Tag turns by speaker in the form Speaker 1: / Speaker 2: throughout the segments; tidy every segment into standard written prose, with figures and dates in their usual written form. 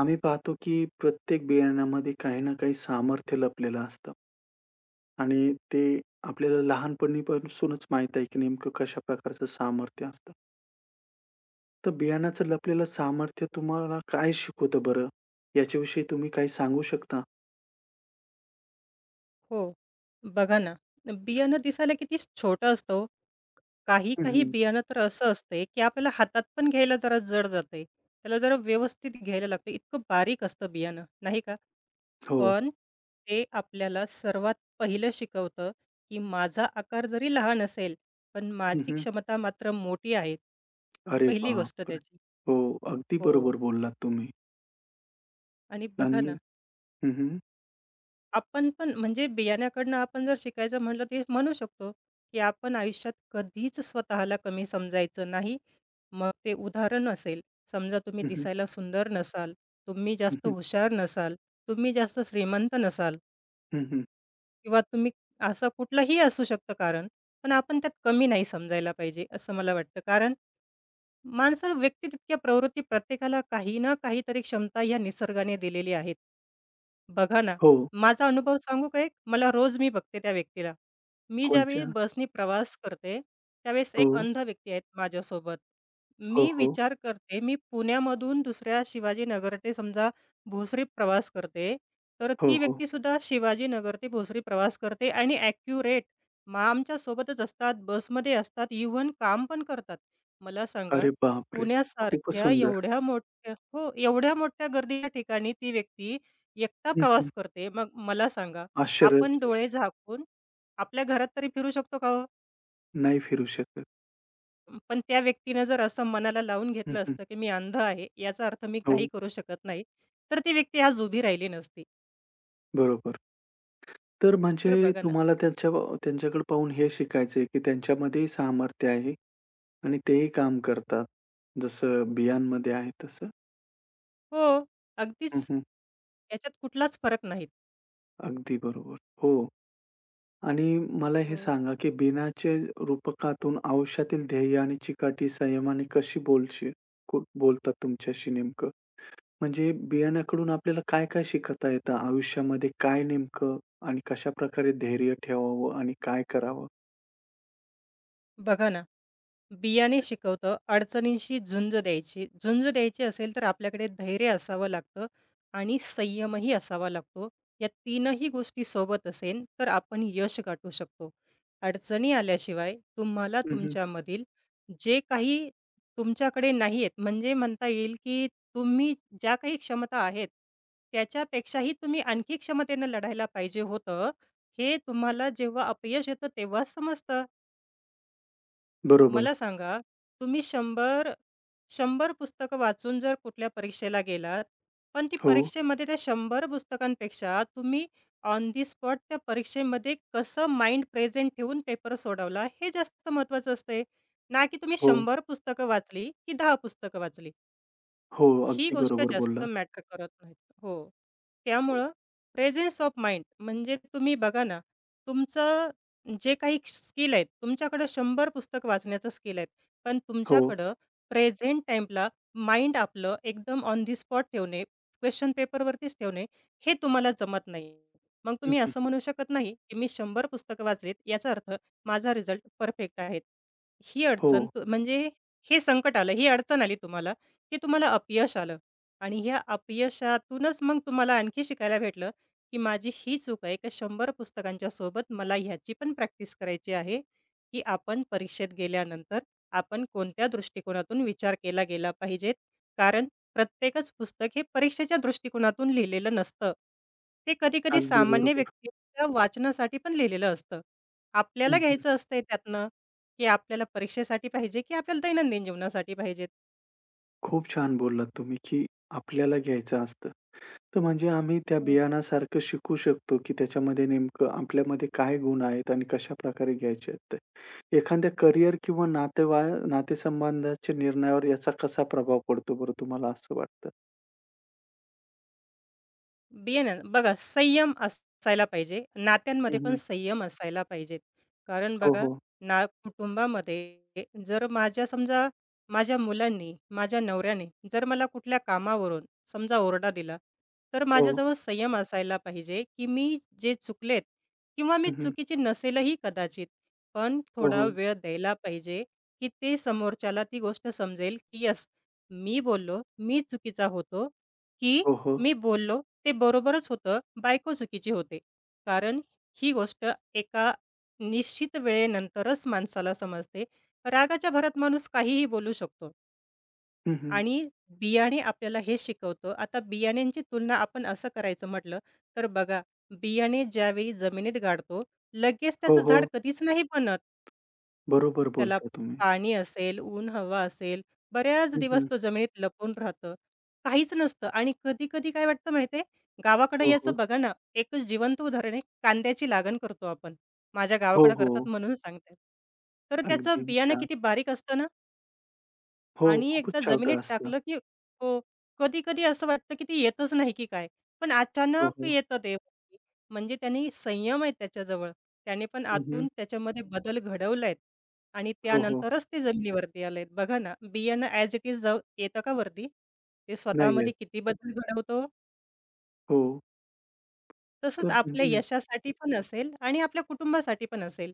Speaker 1: आम्ही पाहतो की प्रत्येक बियाण्यामध्ये काही ना काही सामर्थ्य लपलेलं असतं. आणि ते आपल्याला लहानपणीपासूनच माहीत आहे की नेमकं कशा प्रकारचं सामर्थ्य असतं. तर बियाण्याचं लपलेलं सामर्थ्य तुम्हाला काय शिकवतं बरं? याच्याविषयी तुम्ही काही सांगू शकता?
Speaker 2: हो. बघा ना, बियाणं दिसायला किती छोटं असतं हो. काही,
Speaker 1: हं,
Speaker 2: काही
Speaker 1: हं.
Speaker 2: बियाणं तर असं असतंय, की आपल्याला हातात पण घ्यायला जरा जड जातंय. त्याला जरा व्यवस्थित घ्यायला लागतं. इतकं बारीक असतं बियाणं, नाही का?
Speaker 1: हो.
Speaker 2: पण ते आपल्याला सर्वात पहिलं शिकवतं, की माझा आकार जरी लहान असेल, पण
Speaker 1: हं,
Speaker 2: माझी
Speaker 1: हं.
Speaker 2: क्षमता मात्र मोठी आहे.
Speaker 1: अरे
Speaker 2: पहिली गोष्ट
Speaker 1: बापरे!
Speaker 2: त्याची.
Speaker 1: हो, अगदी
Speaker 2: हो.
Speaker 1: बरोबर बोललात तुम्ही.
Speaker 2: आणि बघा
Speaker 1: आणि
Speaker 2: ना,
Speaker 1: हं, हं.
Speaker 2: आपण पण म्हणजे बियाण्याकडनं आपण जर शिकायचं म्हटलं ते म्हणू शकतो, की आपण आयुष्यात कधीच स्वतःला कमी समजायचं नाही. मग ते उदाहरण असेल, समजा तुम्ही
Speaker 1: हं, हं.
Speaker 2: दिसायला सुंदर नसाल, तुम्ही
Speaker 1: हं,
Speaker 2: जास्त
Speaker 1: हं.
Speaker 2: हुशार नसाल, तुम्ही जास्त श्रीमंत नसाल
Speaker 1: हं, हं.
Speaker 2: किंवा तुम्ही असं कुठलंही असू शकतं कारण. पण आपण त्यात कमी नाही समजायला पाहिजे असं मला वाटतं. कारण माणसं व्यक्ती तितक्या प्रवृत्ती प्रत्येकाला काही ना काहीतरी क्षमता ह्या निसर्गाने दिलेली आहेत. बघा ना,
Speaker 1: हो.
Speaker 2: माझा अनुभव सांगू का एक? मला रोज मी बघते त्या व्यक्तीला. मी ज्यावेळी
Speaker 1: कोणच्या?
Speaker 2: बसनी प्रवास करते, त्यावेळेस एक
Speaker 1: हो.
Speaker 2: अंध व्यक्ती आहेत माझ्यासोबत.
Speaker 1: हो,
Speaker 2: मी
Speaker 1: हो.
Speaker 2: विचार करते, मी पुण्यामधून दुसऱ्या शिवाजीनगर ते समजा भोसरी प्रवास करते, तर
Speaker 1: हो,
Speaker 2: ती
Speaker 1: हो.
Speaker 2: व्यक्तीसुद्धा शिवाजीनगर ते भोसरी प्रवास करते आणि ॲक्युरेट मग आमच्यासोबतच असतात, बसमध्ये असतात, इव्हन काम पण करतात. मला सांगा,
Speaker 1: अरे बापरे! खूपच
Speaker 2: पुण्यासारख्या
Speaker 1: सुंदर.
Speaker 2: एवढ्या मोठ्या हो, एवढ्या मोठ्या गर्दीच्या ठिकाणी ती व्यक्ती एकटा
Speaker 1: हं, हं.
Speaker 2: प्रवास करते. मग मला सांगा,
Speaker 1: आश्चर्यच
Speaker 2: आपण
Speaker 1: आहे.
Speaker 2: डोळे झाकून आपल्या घरात तरी फिरू शकतो का हो?
Speaker 1: नाही फिरू शकत.
Speaker 2: पण त्या व्यक्तीनं जर असं मनाला लावून
Speaker 1: हं,
Speaker 2: घेतलं
Speaker 1: हं.
Speaker 2: असतं, की मी अंध आहे, याचा अर्थ मी काही
Speaker 1: हो,
Speaker 2: करू शकत नाही, तर ती व्यक्ती आज उभी राहिली नसती.
Speaker 1: बरोबर. तर
Speaker 2: तर
Speaker 1: म्हणजे
Speaker 2: बघा ना,
Speaker 1: तुम्हाला त्यांच्याकडे पाहून हे शिकायचं आहे, की त्यांच्यामध्येही सामर्थ्य आहे आणि तेही काम करतात. जसं बियांमध्ये आहे तसं.
Speaker 2: हो, अगदीच.
Speaker 1: हं, हं.
Speaker 2: याच्यात कुठलाच फरक नाहीत.
Speaker 1: अगदी बरोबर. हो. आणि मला हे
Speaker 2: हो,
Speaker 1: सांगा, की बिनाचे रूपकातून आयुष्यातील ध्येय आणि चिकाटी संयमाने कशी बोलतात तुमच्याशी नेमकं? म्हणजे बियाण्याकडून आपल्याला काय-काय शिकता येतं आयुष्यामध्ये? काय नेमकं आणि कशाप्रकारे धैर्य ठेवावं आणि काय करावं?
Speaker 2: बघा ना. बियाणे शिकवतं, अडचणींशी झुंज द्यायची. झुंज द्यायची असेल तर आपल्याकडे धैर्य असावं लागतं आणि संयमही असावा लागतो. या तीनही गोष्टी सोबत असेल तर आपण यश गाठू शकतो. अडचणी आल्याशिवाय तुम्हाला
Speaker 1: हं,
Speaker 2: तुमच्यामधील जे काही तुमच्याकडे नाही आहेत म्हणजे म्हणता येईल, की तुम्ही ज्या काही क्षमता आहेत, त्याच्यापेक्षाही तुम्ही आणखी क्षमतेनं लढायला पाहिजे होतं. हे तुम्हाला जेव्हा अपयश येतं तेव्हाच समजतं.
Speaker 1: बरोबर.
Speaker 2: मला सांगा, तुम्ही 100 पुस्तकं वाचून जर कुठल्या परीक्षेला गेलात, पण ती
Speaker 1: हो,
Speaker 2: परीक्षेमध्ये त्या 100 पुस्तकांपेक्षा तुम्ही ऑन दी स्पॉट त्या परीक्षेमध्ये कसं माइंड प्रेझेंट ठेवून पेपर सोडवला, हे जास्त महत्त्वाचं असते. ना की तुम्ही
Speaker 1: हो,
Speaker 2: 100 पुस्तकं वाचली, की 10 पुस्तकं वाचली.
Speaker 1: हो.
Speaker 2: ही
Speaker 1: अगदी
Speaker 2: गोष्ट
Speaker 1: बरोबर
Speaker 2: जास्त
Speaker 1: बोललात.
Speaker 2: मॅटर करत नाही. हो. त्यामुळं प्रेझेन्स ऑफ माइंड म्हणजे तुम्ही बघा ना, तुमचं जे काही स्किल आहेत, तुमच्याकडं 100 पुस्तक वाचण्याचं स्किल आहेत, पण
Speaker 1: हो.
Speaker 2: तुमच्याकडं प्रेझेंट टाईमला माइंड आपलं एकदम ऑन दी स्पॉट ठेवणे, क्वेशन पेपरवरतीच ठेवणे, हे तुम्हाला जमत नाही. मग तुम्ही
Speaker 1: हं,
Speaker 2: असं म्हणू शकत नाही, की मी 100 पुस्तकं वाचलीत, याचा अर्थ माझा रिझल्ट परफेक्ट आहे.
Speaker 1: हो.
Speaker 2: म्हणजे हे संकट आलं, ही अडचण आली तुम्हाला. की तुम्हाला अपयश आलं आणि ह्या अपयशातूनच मग तुम्हाला आणखी शिकायला भेटलं, की माझी ही चूक आहे का 100 पुस्तकांच्या सोबत मला ह्याची पण प्रॅक्टिस करायची आहे, की आपण परीक्षेत गेल्यानंतर आपण कोणत्या दृष्टिकोनातून विचार केला गेला पाहिजेत. कारण प्रत्येकच पुस्तक हे परीक्षेच्या दृष्टिकोनातून लिहिलेलं नसतं. ते कधी-कधी
Speaker 1: अगदी
Speaker 2: सामान्य
Speaker 1: बरोबर.
Speaker 2: व्यक्तीच्या वाचनासाठी पण लिहिलेलं असतं. आपल्याला
Speaker 1: हं,
Speaker 2: घ्यायचं असतंय त्यातनं, की आपल्याला परीक्षेसाठी पाहिजे की आपल्याला दैनंदिन जीवनासाठी पाहिजेत.
Speaker 1: खूप छान बोललात तुम्ही, की आपल्याला घ्यायचं असतं. तर म्हणजे आम्ही त्या बियाणासारखं शिकू शकतो, की त्याच्यामध्ये नेमकं आपल्यामध्ये काय गुण आहेत आणि कशाप्रकारे घ्यायचे आहेत ते. एखाद्या करिअर किंवा नातेसंबंधाच्या निर्णयावर याचा कसा प्रभाव पडतो बरं तुम्हाला असं वाटतं?
Speaker 2: बियाणं बघा संयम असायला पाहिजे. नात्यांमध्ये
Speaker 1: हं,
Speaker 2: पण
Speaker 1: हं.
Speaker 2: संयम असायला पाहिजेत. कारण
Speaker 1: हो,
Speaker 2: बघा
Speaker 1: हो.
Speaker 2: ना, कुटुंबामध्ये जर माझ्या समजा माझ्या मुलांनी, माझ्या नवऱ्याने जर मला कुठल्या कामावरून समजा ओरडा दिला, तर
Speaker 1: हो.
Speaker 2: माझ्याजवळ संयम असायला पाहिजे, की मी जे चुकलेत किंवा मी
Speaker 1: हं, हं.
Speaker 2: चुकीची नसेलही कदाचित, पण
Speaker 1: हो,
Speaker 2: थोडा
Speaker 1: हो.
Speaker 2: वेळ द्यायला पाहिजे, की ते समोरच्याला ती गोष्ट समजेल, की येस मी बोललो, मी चुकीचा होतो, की
Speaker 1: हो, हो.
Speaker 2: मी बोललो ते बरोबरच होतं, बायको चुकीची होते. कारण ही गोष्ट एका निश्चित वेळेनंतरच माणसाला समजते. रागाच्या भरात माणूस काहीही बोलू शकतो
Speaker 1: हं, हं.
Speaker 2: आणि बियाणे आपल्याला हे शिकवतं. आता बियाण्यांची तुलना आपण असं करायचं म्हटलं, तर बघा बियाणे ज्यावेळी जमिनीत गाडतो, लगेच
Speaker 1: हो,
Speaker 2: त्याचं झाड
Speaker 1: हो.
Speaker 2: कधीच नाही बनत.
Speaker 1: बरोबर
Speaker 2: त्याला
Speaker 1: बोलता तुम्ही.
Speaker 2: पाणी असेल, ऊन, हवा असेल, बऱ्याच
Speaker 1: हं,
Speaker 2: दिवस
Speaker 1: हं.
Speaker 2: तो जमिनीत लपून राहतं. काहीच नसतं आणि कधी-कधी काय वाटतं माहिती आहे, गावाकडे
Speaker 1: हो, हो.
Speaker 2: याचं बघा ना, एकच जिवंत उदाहरण आहे, कांद्याची लागण करतो आपण. माझ्या
Speaker 1: हो,
Speaker 2: गावाकडे
Speaker 1: हो.
Speaker 2: करतात म्हणून सांगते. तर त्याचं
Speaker 1: अगदी
Speaker 2: बियाणं
Speaker 1: छान.
Speaker 2: किती बारीक असतं ना
Speaker 1: हो,
Speaker 2: आणि
Speaker 1: खूपच
Speaker 2: एकदा
Speaker 1: छोटं
Speaker 2: जमिनीत
Speaker 1: असतं.
Speaker 2: टाकलं, की हो, कधी-कधी असं वाटतं, की ते येतच नाही की काय? पण
Speaker 1: हो,
Speaker 2: अचानक
Speaker 1: हो.
Speaker 2: येतं ते. म्हणजे त्याने संयम आहे त्याच्याजवळ. त्याने पण
Speaker 1: हं, हं.
Speaker 2: आतून त्याच्यामध्ये बदल घडवलायत आणि
Speaker 1: हो, हो.
Speaker 2: त्यानंतरच ते जमिनीवरती आलेत. बघा ना, बियाणं ॲज इट इज जाऊ येतं का वरती? ते
Speaker 1: नाही
Speaker 2: स्वतःमध्ये
Speaker 1: आहेत.
Speaker 2: किती बदल घडवतो.
Speaker 1: हो.
Speaker 2: तसंच
Speaker 1: तर
Speaker 2: आपल्या
Speaker 1: म्हणजे
Speaker 2: यशासाठी पण असेल आणि आपल्या कुटुंबासाठी पण असेल.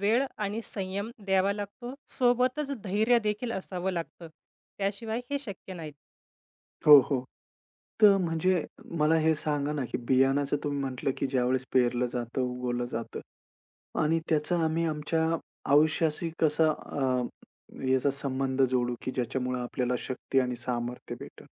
Speaker 2: वेळ आणि संयम द्यावा लागतो. सोबतच धैर्य देखील असावं लागतं. त्याशिवाय हे शक्य नाही.
Speaker 1: हो, हो. तर म्हणजे मला हे सांगा ना, की बियाणाचं तुम्ही म्हटलं, की ज्यावेळेस पेरलं जातं, उगवलं जातं आणि त्याचा आम्ही आमच्या आयुष्याशी याचा संबंध जोडू, की ज्याच्यामुळे आपल्याला शक्ती आणि सामर्थ्य भेटेल?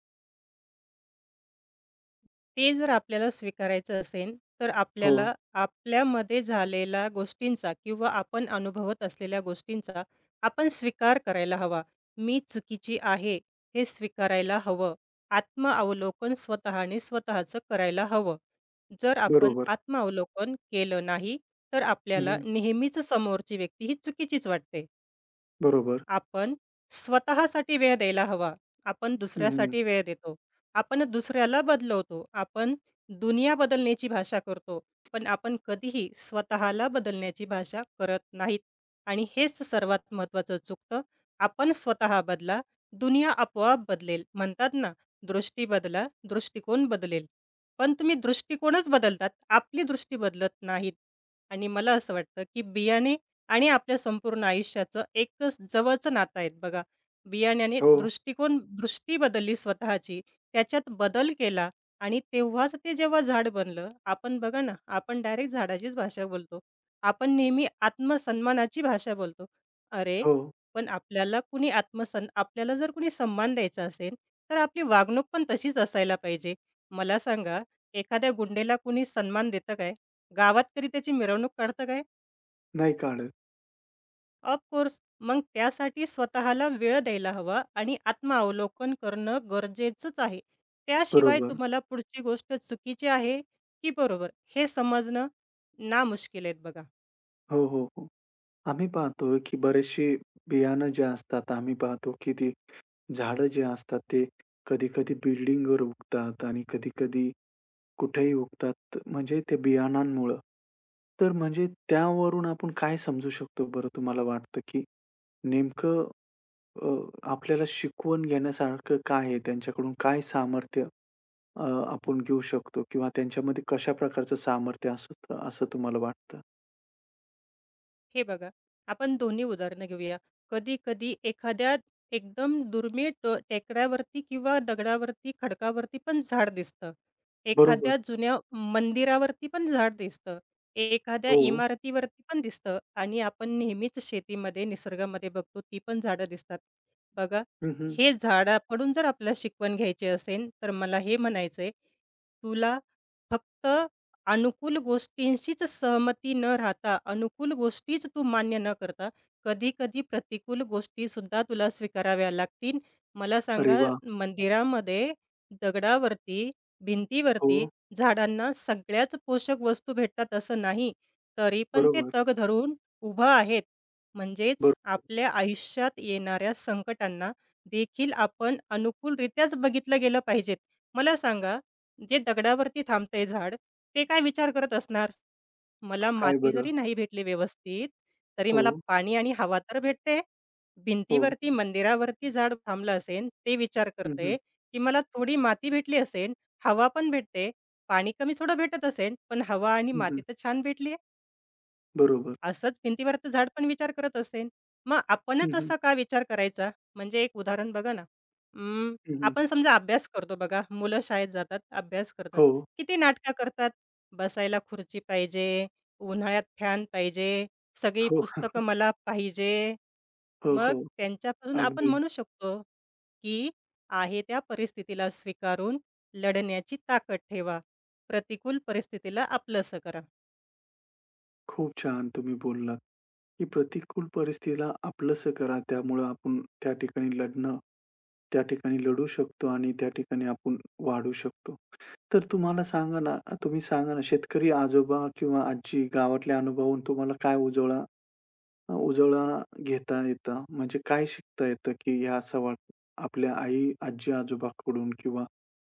Speaker 2: ते जर आपल्याला स्वीकारायचं असेल, तर
Speaker 1: हो,
Speaker 2: आपल्याला आपल्यामध्ये झालेल्या गोष्टींचा किंवा आपण अनुभवत असलेल्या गोष्टींचा आपण स्वीकार करायला हवा. मी चुकीची आहे, हे स्वीकारायला हवं. आत्मअवलोकन स्वतःने स्वतःचं करायला हवं. जर आपण
Speaker 1: बरोबर.
Speaker 2: आत्मअवलोकन केलं नाही, तर आपल्याला
Speaker 1: हं,
Speaker 2: नेहमीच समोरची व्यक्ती ही चुकीचीच वाटते.
Speaker 1: बरोबर.
Speaker 2: आपण स्वतःसाठी वेळ द्यायला हवा. आपण
Speaker 1: हं.
Speaker 2: दुसऱ्यासाठी वेळ देतो. आपण दुसऱ्याला बदलवतो. आपण दुनिया बदलण्याची भाषा करतो. पण आपण कधीही स्वतःला बदलण्याची भाषा करत नाहीत आणि हेच सर्वात महत्त्वाचं चुकतं. आपण स्वतः बदला, दुनिया आपोआप बदलेल. म्हणतात ना, दृष्टी बदला, दृष्टिकोन बदलेल. पण तुम्ही दृष्टिकोनच बदलतात. आपली दृष्टी बदलत नाहीत आणि मला असं वाटतं, की बियाणे आणि आपल्या संपूर्ण आयुष्याचं एकच जवळचं नातं आहेत बघा. बियाण्याने
Speaker 1: हो,
Speaker 2: दृष्टिकोन दृष्टी बदलली स्वतःची, त्याच्यात बदल केला आणि तेव्हाच ते जेव्हा झाड बनलं, आपण बघा ना, आपण डायरेक्ट झाडाचीच भाषा बोलतो. आपण नेहमी आत्मसन्मानाची भाषा बोलतो. अरे,
Speaker 1: हो.
Speaker 2: पण आपल्याला कुणी आत्मसन आपल्याला जर कुणी सन्मान द्यायचा असेल, तर आपली वागणूक पण तशीच असायला पाहिजे. मला सांगा, एखाद्या गुंडेला कुणी सन्मान देतं काय? गावात तरी त्याची मिरवणूक काढतं काय?
Speaker 1: नाही काढत.
Speaker 2: ऑफकोर्स. मग त्यासाठी स्वतःला वेळ द्यायला हवा आणि आत्मावलोकन करणं गरजेचंच आहे. त्याशिवाय
Speaker 1: बरोबर.
Speaker 2: तुम्हाला पुढची गोष्ट चुकीची आहे की बरोबर हे समजणं नामुश्किल आहेत बघा.
Speaker 1: हो, हो, हो. आम्ही पाहतो, की बरेचशी बियाणं जे असतात, आम्ही पाहतो, की ती झाडं जे असतात, ते कधी-कधी बिल्डिंगवर उगतात आणि कधी-कधी कुठेही उगतात म्हणजे ते बियाणांमुळं. तर म्हणजे त्यावरून आपण काय समजू शकतो बरं तुम्हाला वाटतं, की नेमकं अ, आपल्याला शिकवून घेण्यासारखं काय आहे? त्यांच्याकडून काय सामर्थ्य अ, आपण घेऊ शकतो किंवा त्यांच्यामध्ये कशा प्रकारचं सामर्थ्य असतं, असं तुम्हाला वाटतं?
Speaker 2: हे बघा, आपण दोन्ही उदाहरणं घेऊया. कधी-कधी एखाद्या एकदम दुर्मिळ टेकड्यावरती किंवा दगडावरती, खडकावरती पण झाड दिसतं.
Speaker 1: बरोबर.
Speaker 2: एखाद्या जुन्या मंदिरावरती पण झाड दिसतं. एखाद्या
Speaker 1: हो.
Speaker 2: इमारतीवरती पण दिसतं आणि आपण नेहमीच शेतीमध्ये, निसर्गामध्ये बघतो ती पण झाडं दिसतात. बघा,
Speaker 1: हं, हं.
Speaker 2: हे झाडाकडून जर आपल्याला शिकवण घ्यायची असेल, तर मला हे म्हणायचंय, तुला फक्त अनुकूल गोष्टींशीच सहमती न राहता, अनुकूल गोष्टीच तू मान्य न करता, कधी-कधी प्रतिकूल गोष्टी सुद्धा तुला स्वीकाराव्या लागतील. मला
Speaker 1: अरे
Speaker 2: सांगा,
Speaker 1: वाह!
Speaker 2: मंदिरामध्ये दगडावरती,
Speaker 1: हो.
Speaker 2: भिंतीवरती झाडांना सगळ्याच पोषक वस्तू भेटतात असं नाही. तरी पण ते
Speaker 1: बरोबर.
Speaker 2: तग धरून उभं आहेत.
Speaker 1: बरं.
Speaker 2: म्हणजेच आपल्या आयुष्यात येणाऱ्या संकटांना देखील आपण अनुकूलरित्याच बघितलं गेलं पाहिजेत. मला सांगा, जे दगडावरती थांबतंय झाड, ते काय विचार करत असणार? मला
Speaker 1: काय
Speaker 2: माती
Speaker 1: बरं?
Speaker 2: जरी नाही भेटली व्यवस्थित, तरी
Speaker 1: हो,
Speaker 2: मला पाणी आणि हवा तर भेटते.
Speaker 1: हो.
Speaker 2: भिंतीवरती, मंदिरावरती झाड थांबलं असेन, ते विचार
Speaker 1: हं, हं.
Speaker 2: करतंय, की मला थोडी माती भेटली असेन, हवा पण भेटते. पाणी कमी थोडं भेटत असेन, पण हवा आणि
Speaker 1: हं,
Speaker 2: माती
Speaker 1: हं.
Speaker 2: तर छान भेटली
Speaker 1: बरोबर.
Speaker 2: असंच भिंतीवरचं झाड पण विचार करत असेल. मग
Speaker 1: हं,
Speaker 2: आपणच
Speaker 1: हं.
Speaker 2: असा का विचार करायचा? म्हणजे एक उदाहरण बघा ना, अं,
Speaker 1: हं, हं.
Speaker 2: आपण समजा अभ्यास करतो बघा, मुलं शाळेत जातात, अभ्यास करतात.
Speaker 1: हो.
Speaker 2: किती नाटकं करतात. बसायला खुर्ची पाहिजे, उन्हाळ्यात फॅन पाहिजे, सगळी
Speaker 1: हो,
Speaker 2: पुस्तकं मला पाहिजे.
Speaker 1: हो,
Speaker 2: मग
Speaker 1: हो.
Speaker 2: त्यांच्यापासून आपण
Speaker 1: अगदी.
Speaker 2: म्हणू शकतो, की आहे त्या परिस्थितीला स्वीकारून लढण्याची ताकद ठेवा. प्रतिकूल परिस्थितीला आपलंसं करा.
Speaker 1: खूप छान तुम्ही बोललात, की प्रतिकूल परिस्थितीला आपलंसं करा. त्यामुळं आपण त्या ठिकाणी लढणं, त्या ठिकाणी लढू शकतो आणि त्या ठिकाणी आपण वाढू शकतो. तर तुम्हाला सांगा ना, तुम्ही सांगा ना, शेतकरी आजोबा किंवा आजी गावातल्या अनुभवून तुम्हाला काय उजवळा उजवळा घेता येतं? म्हणजे काय शिकता येतं, की ह्या सवाल आपल्या आई, आजी-आजोबाकडून किंवा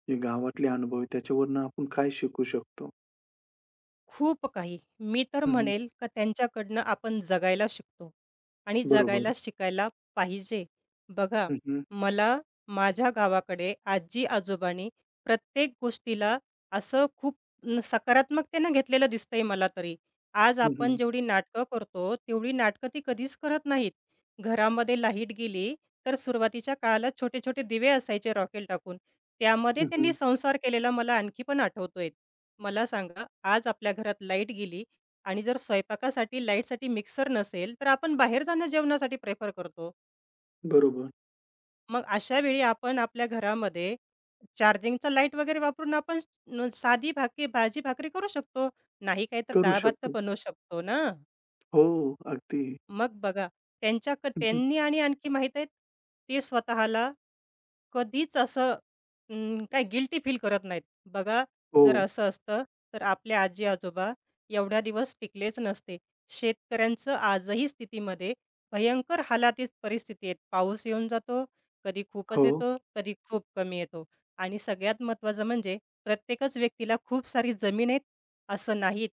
Speaker 1: जे गावातले अनुभव आहेत त्याच्यावरनं आपण काय शिकू शकतो?
Speaker 2: खूप काही. मी तर
Speaker 1: हं,
Speaker 2: म्हणेल का त्यांच्याकडनं आपण जगायला शिकतो आणि
Speaker 1: बरोबर.
Speaker 2: जगायला शिकायला पाहिजे. बघा,
Speaker 1: हं, हं.
Speaker 2: मला माझ्या गावाकडे आजी-आजोबांनी प्रत्येक गोष्टीला असं खूप सकारात्मकतेनं घेतलेलं दिसतंय मला तरी. आज
Speaker 1: हं,
Speaker 2: आपण
Speaker 1: हं.
Speaker 2: जेवढी नाटकं करतो, तेवढी नाटकं ती कधीच करत नाहीत. घरामध्ये लाईट गेली, तर सुरुवातीच्या काळाला छोटे-छोटे दिवे असायचे रॉकेल टाकून. त्यामध्ये त्यांनी संसार केलेला मला आणखी पण आठवतोय. मला सांगा, आज आपल्या घरात लाईट गेली आणि जर स्वयंपाकासाठी लाईटसाठी मिक्सर नसेल, तर आपण बाहेर जाणं जेवणासाठी प्रेफर करतो.
Speaker 1: बरोबर.
Speaker 2: मग अशा वेळी आपण आपल्या घरामध्ये चार्जिंगचा लाईट वगैरे वापरून आपण न साधी भाकी भाजी-भाकरी करू शकतो. नाही काही तर
Speaker 1: करू
Speaker 2: डाळ-भात तर
Speaker 1: शकतो.
Speaker 2: बनवू शकतो ना.
Speaker 1: हो, अगदी.
Speaker 2: मग बघा त्यांच्या क
Speaker 1: हं, हं.
Speaker 2: त्यांनी आणि आणखी माहीत आहे, ते स्वतःला कधीच असं काही गिल्टी फील करत नाहीत. बघा,
Speaker 1: हो,
Speaker 2: जर असं असतं, तर आपले आजी-आजोबा एवढ्या दिवस टिकलेच नसते. शेतकऱ्यांचं आजही स्थितीमध्ये भयंकर हालाखीची परिस्थिती आहे. पाऊस येऊन जातो, कधी खूपच
Speaker 1: हो,
Speaker 2: येतो, कधी खूप कमी येतो. आणि सगळ्यात महत्त्वाचं म्हणजे प्रत्येकच व्यक्तीला खूप सारी जमीन आहे, असं नाहीत.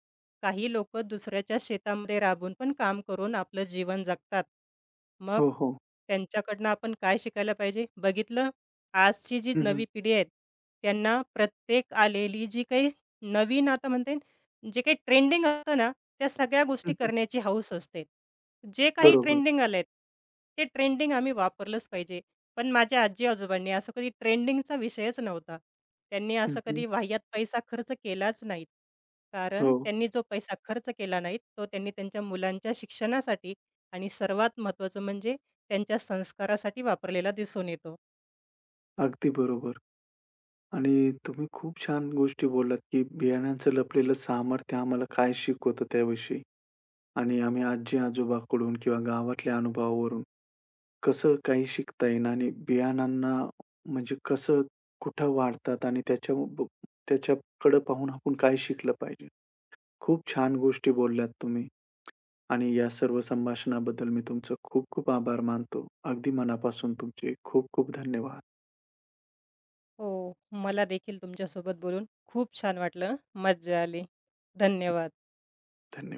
Speaker 2: काही लोकं दुसऱ्याच्या शेतामध्ये राबून पण काम करून आपलं जीवन जगतात. मग
Speaker 1: हो, हो.
Speaker 2: त्यांच्याकडनं आपण काय शिकायला पाहिजे? बघितलं आजची जी
Speaker 1: हं, हं.
Speaker 2: नवी पिढी आहे, त्यांना प्रत्येक आलेली जी काही नवीन आता म्हणता येईल, जे काही ट्रेंडिंग असतं ना, त्या सगळ्या
Speaker 1: हं,
Speaker 2: गोष्टी
Speaker 1: हं.
Speaker 2: करण्याची हौस असते. जे काही
Speaker 1: बरोबर.
Speaker 2: ट्रेंडिंग आलेत, ते ट्रेंडिंग आम्ही वापरलंच पाहिजे. पण माझ्या आजी-आजोबांनी असं कधी ट्रेंडिंगचा विषयच नव्हता. त्यांनी
Speaker 1: हं,
Speaker 2: असं
Speaker 1: हं.
Speaker 2: कधी वाह्यात पैसा खर्च केलाच नाही.
Speaker 1: हो,
Speaker 2: कारण त्यांनी जो पैसा खर्च केला नाही, तो त्यांनी त्यांच्या मुलांच्या शिक्षणासाठी आणि सर्वात महत्त्वाचं म्हणजे त्यांच्या संस्कारासाठी वापरलेला दिसून येतो.
Speaker 1: अगदी बरोबर. आणि तुम्ही खूप छान गोष्टी बोललात, की बियाण्यांचं लपलेलं सामर्थ्य आम्हाला काय शिकवतं त्याविषयी आणि आम्ही आजी-आजोबाकडून किंवा गावातल्या अनुभवावरून कसं काही शिकता येईल आणि बियाणांना म्हणजे कसं, कुठं वाढतात आणि त्याच्या ब त्याच्याकडं पाहून आपण काय शिकलं पाहिजे. खूप छान गोष्टी बोलल्यात तुम्ही. आणि या सर्व संभाषणाबद्दल मी तुमचं खूप खूप आभार मानतो. अगदी मनापासून तुमचे खूप खूप धन्यवाद.
Speaker 2: हो, मला देखील तुमच्यासोबत बोलून खूप छान वाटलं. मज्जा आली. धन्यवाद.
Speaker 1: धन्यवाद.